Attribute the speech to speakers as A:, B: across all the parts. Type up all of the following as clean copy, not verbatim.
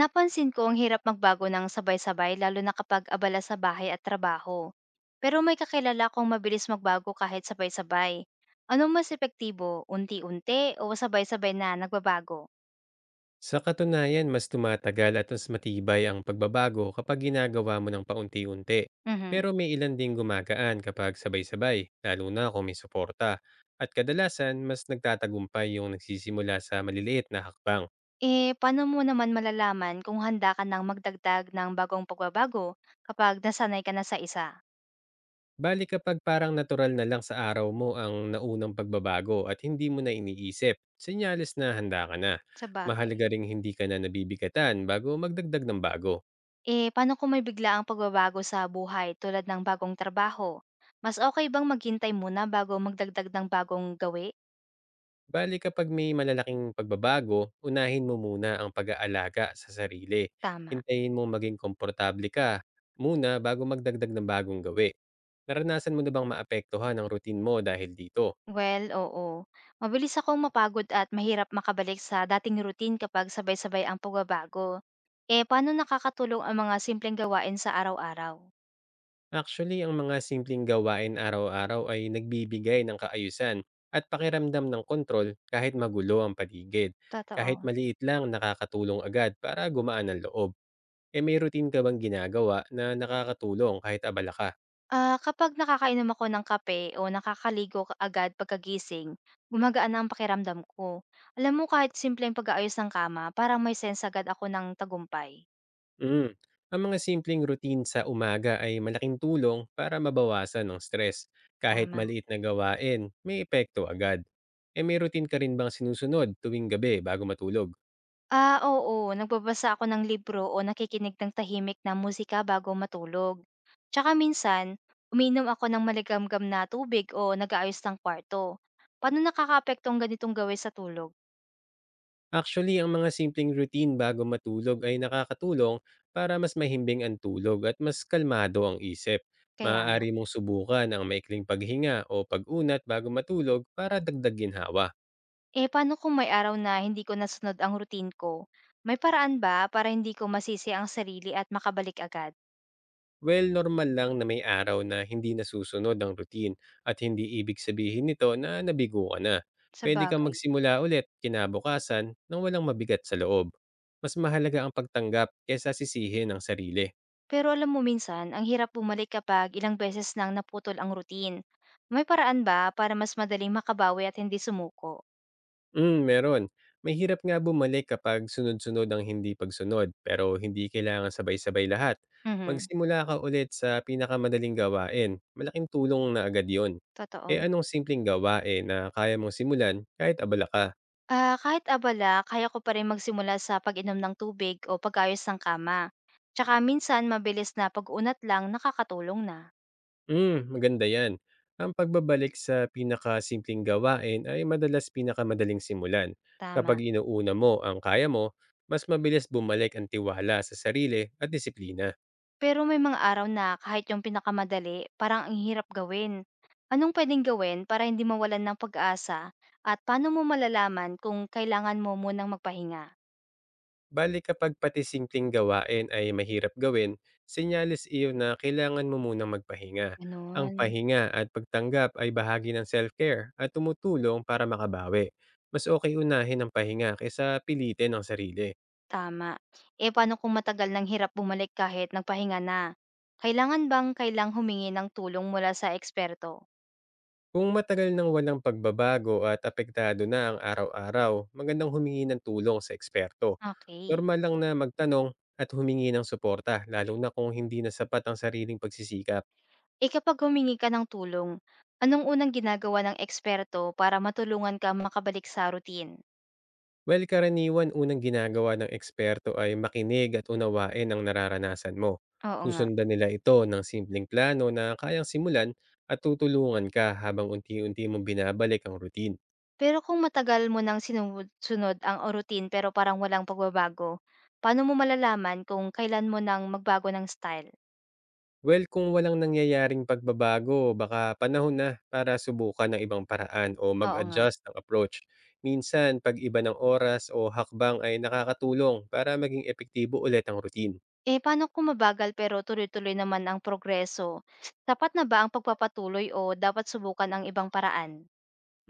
A: Napansin ko ang hirap magbago ng sabay-sabay lalo na kapag abala sa bahay at trabaho. Pero may kakilala akong mabilis magbago kahit sabay-sabay. Ano mas epektibo, unti-unti o sabay-sabay na nagbabago?
B: Sa katunayan, mas tumatagal at mas matibay ang pagbabago kapag ginagawa mo ng paunti-unti.
A: Mhm.
B: Pero may ilan ding gumagaan kapag sabay-sabay, lalo na kung may suporta. At kadalasan, mas nagtatagumpay yung nagsisimula sa maliliit na hakbang.
A: Paano mo naman malalaman kung handa ka ng magdagdag ng bagong pagbabago kapag nasanay ka na sa isa?
B: Bali kapag parang natural na lang sa araw mo ang naunang pagbabago at hindi mo na iniisip, senyales na handa ka na.
A: Sa
B: Mahalaga
A: bagay.
B: ring hindi ka na nabibigatan bago magdagdag ng bago.
A: Paano kung may bigla ang pagbabago sa buhay tulad ng bagong trabaho? Mas okay bang maghintay muna bago magdagdag ng bagong gawi?
B: Bale kapag may malalaking pagbabago, unahin mo muna ang pag-aalaga sa sarili.
A: Tama.
B: Hintayin mo maging komportable ka muna bago magdagdag ng bagong gawi. Naranasan mo na bang maapektuhan ang routine mo dahil dito?
A: Well, oo. Mabilis akong mapagod at mahirap makabalik sa dating routine kapag sabay-sabay ang pagbabago. Paano nakakatulong ang mga simpleng gawain sa araw-araw?
B: Actually, ang mga simpleng gawain araw-araw ay nagbibigay ng kaayusan at pakiramdam ng kontrol kahit magulo ang paligid. Kahit
A: Totoo.
B: maliit lang, nakakatulong agad para gumaan ang loob. E may routine ka bang ginagawa na nakakatulong kahit abala ka?
A: Ah, kapag nakakainom ako ng kape o agad pagkagising, gumagaan ang pakiramdam ko. Alam mo, kahit simpleng pag-aayos ng kama, parang may sense agad ako ng tagumpay.
B: Mm. Ang mga simpleng routine sa umaga ay malaking tulong para mabawasan ng stress. Kahit
A: Tama.
B: maliit na gawain, may epekto agad. E may routine ka rin bang sinusunod tuwing gabi bago matulog?
A: Ah, oo. Nagbabasa ako ng libro o nakikinig ng tahimik na musika bago matulog. Tsaka minsan, umiinom ako ng maligamgam na tubig o nag-aayos ng kwarto. Paano nakakaapekto ang ganitong gawin sa tulog?
B: Actually, ang mga simpleng routine bago matulog ay nakakatulong para mas mahimbing ang tulog at mas kalmado ang isip.
A: Kaya nga.
B: Maaari mong subukan ang maikling paghinga o pag-unat bago matulog para dagdag ginhawa.
A: Paano kung may araw na hindi ko nasunod ang routine ko? May paraan ba para hindi ko masisi ang sarili at makabalik agad?
B: Well, normal lang na may araw na hindi nasusunod ang routine at hindi ibig sabihin nito na nabigo ka na.
A: Sa
B: Pwede kang
A: bagay.
B: magsimula ulit kinabukasan nang walang mabigat sa loob. Mas mahalaga ang pagtanggap kaysa sisihin ang sarili.
A: Pero alam mo minsan, ang hirap bumalik kapag ilang beses nang naputol ang routine. May paraan ba para mas madaling makabawi at hindi sumuko?
B: Mm, meron. Mahirap nga bumalik kapag sunod-sunod ang hindi pagsunod pero hindi kailangan sabay-sabay lahat.
A: Mhm,
B: Magsimula ka ulit sa pinakamadaling gawain. Malaking tulong na agad yon.
A: totoo.
B: Eh anong simpleng gawain na kaya mong simulan kahit abala ka?
A: Ah, kahit abala, kaya ko pa rin magsimula sa pag-inom ng tubig o pag-ayos ng kama. Tsaka minsan mabilis na pag-unat lang nakakatulong na.
B: Hmm, maganda 'yan. Ang pagbabalik sa pinakasimpleng gawain ay madalas pinakamadaling simulan.
A: Tama.
B: Kapag inuuna mo ang kaya mo, mas mabilis bumalik ang tiwala sa sarili at disiplina.
A: Pero may mga araw na kahit yung pinakamadali, parang ang hirap gawin. Anong pwedeng gawin para hindi mawalan ng pag-asa at paano mo malalaman kung kailangan mo munang magpahinga?
B: Balik kapag pati simpleng gawain ay mahirap gawin, senyales iyo na kailangan mo munang magpahinga. Ang
A: Ganun.
B: pahinga at pagtanggap ay bahagi ng self-care at tumutulong para makabawi. Mas okay unahin ang pahinga kaysa pilitin ang sarili.
A: Tama. Paano kung matagal nang hirap bumalik kahit nagpahinga na? Kailangan bang kailang humingi ng tulong mula sa eksperto?
B: Kung matagal nang walang pagbabago at apektado na ang araw-araw, magandang humingi ng tulong sa eksperto.
A: Okay.
B: Normal lang na magtanong at humingi ng suporta, lalo na kung hindi na sapat ang sariling pagsisikap.
A: Kapag humingi ka ng tulong, anong unang ginagawa ng eksperto para matulungan ka makabalik sa routine?
B: Well, karaniwan unang ginagawa ng eksperto ay makinig at unawain ang nararanasan mo.
A: Oo nga.
B: Susundan nila ito ng simpleng plano na kayang simulan at tutulungan ka habang unti-unti mong binabalik ang routine.
A: Pero kung matagal mo nang sinusunod ang routine pero parang walang pagbabago, paano mo malalaman kung kailan mo nang magbago ng style?
B: Well, kung walang nangyayaring pagbabago, baka panahon na para subukan ng ibang paraan o
A: Oo nga.
B: mag-adjust ng approach. Minsan, pag-iba ng oras o hakbang ay nakakatulong para maging epektibo ulit ang routine.
A: Paano kung mabagal pero tuloy-tuloy naman ang progreso? Sapat na ba ang pagpapatuloy o dapat subukan ang ibang paraan?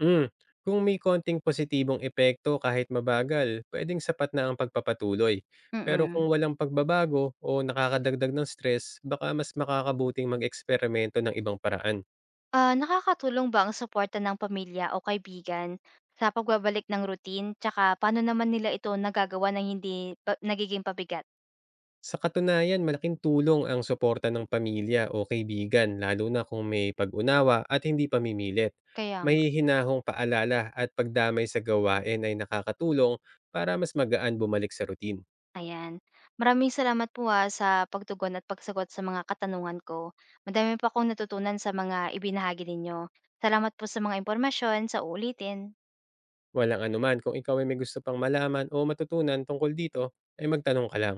B: Mm. Kung may konting positibong epekto kahit mabagal, pwedeng sapat na ang pagpapatuloy. Pero
A: Mm.
B: kung walang pagbabago o nakakadagdag ng stress, baka mas makakabuting mag-eksperimento ng ibang paraan.
A: Ah, nakakatulong ba ang suporta ng pamilya o kaibigan sa pagbabalik ng routine? Tsaka paano naman nila ito nagagawa ng hindi pa- nagiging pabigat?
B: Sa katunayan, malaking tulong ang suporta ng pamilya o kaibigan lalo na kung may pag-unawa at hindi pamimilit.
A: Kaya
B: May
A: nga,
B: hinahong paalala at pagdamay sa gawain ay nakakatulong para mas magaan bumalik sa routine.
A: ayan. Maraming salamat po ah, sa pagtugon at pagsagot sa mga katanungan ko. Madami pa akong natutunan sa mga ibinahagi ninyo. Salamat po sa mga impormasyon, sa uulitin.
B: Walang anuman kung ikaw ay may gusto pang malaman o matutunan tungkol dito, ay magtanong ka lang.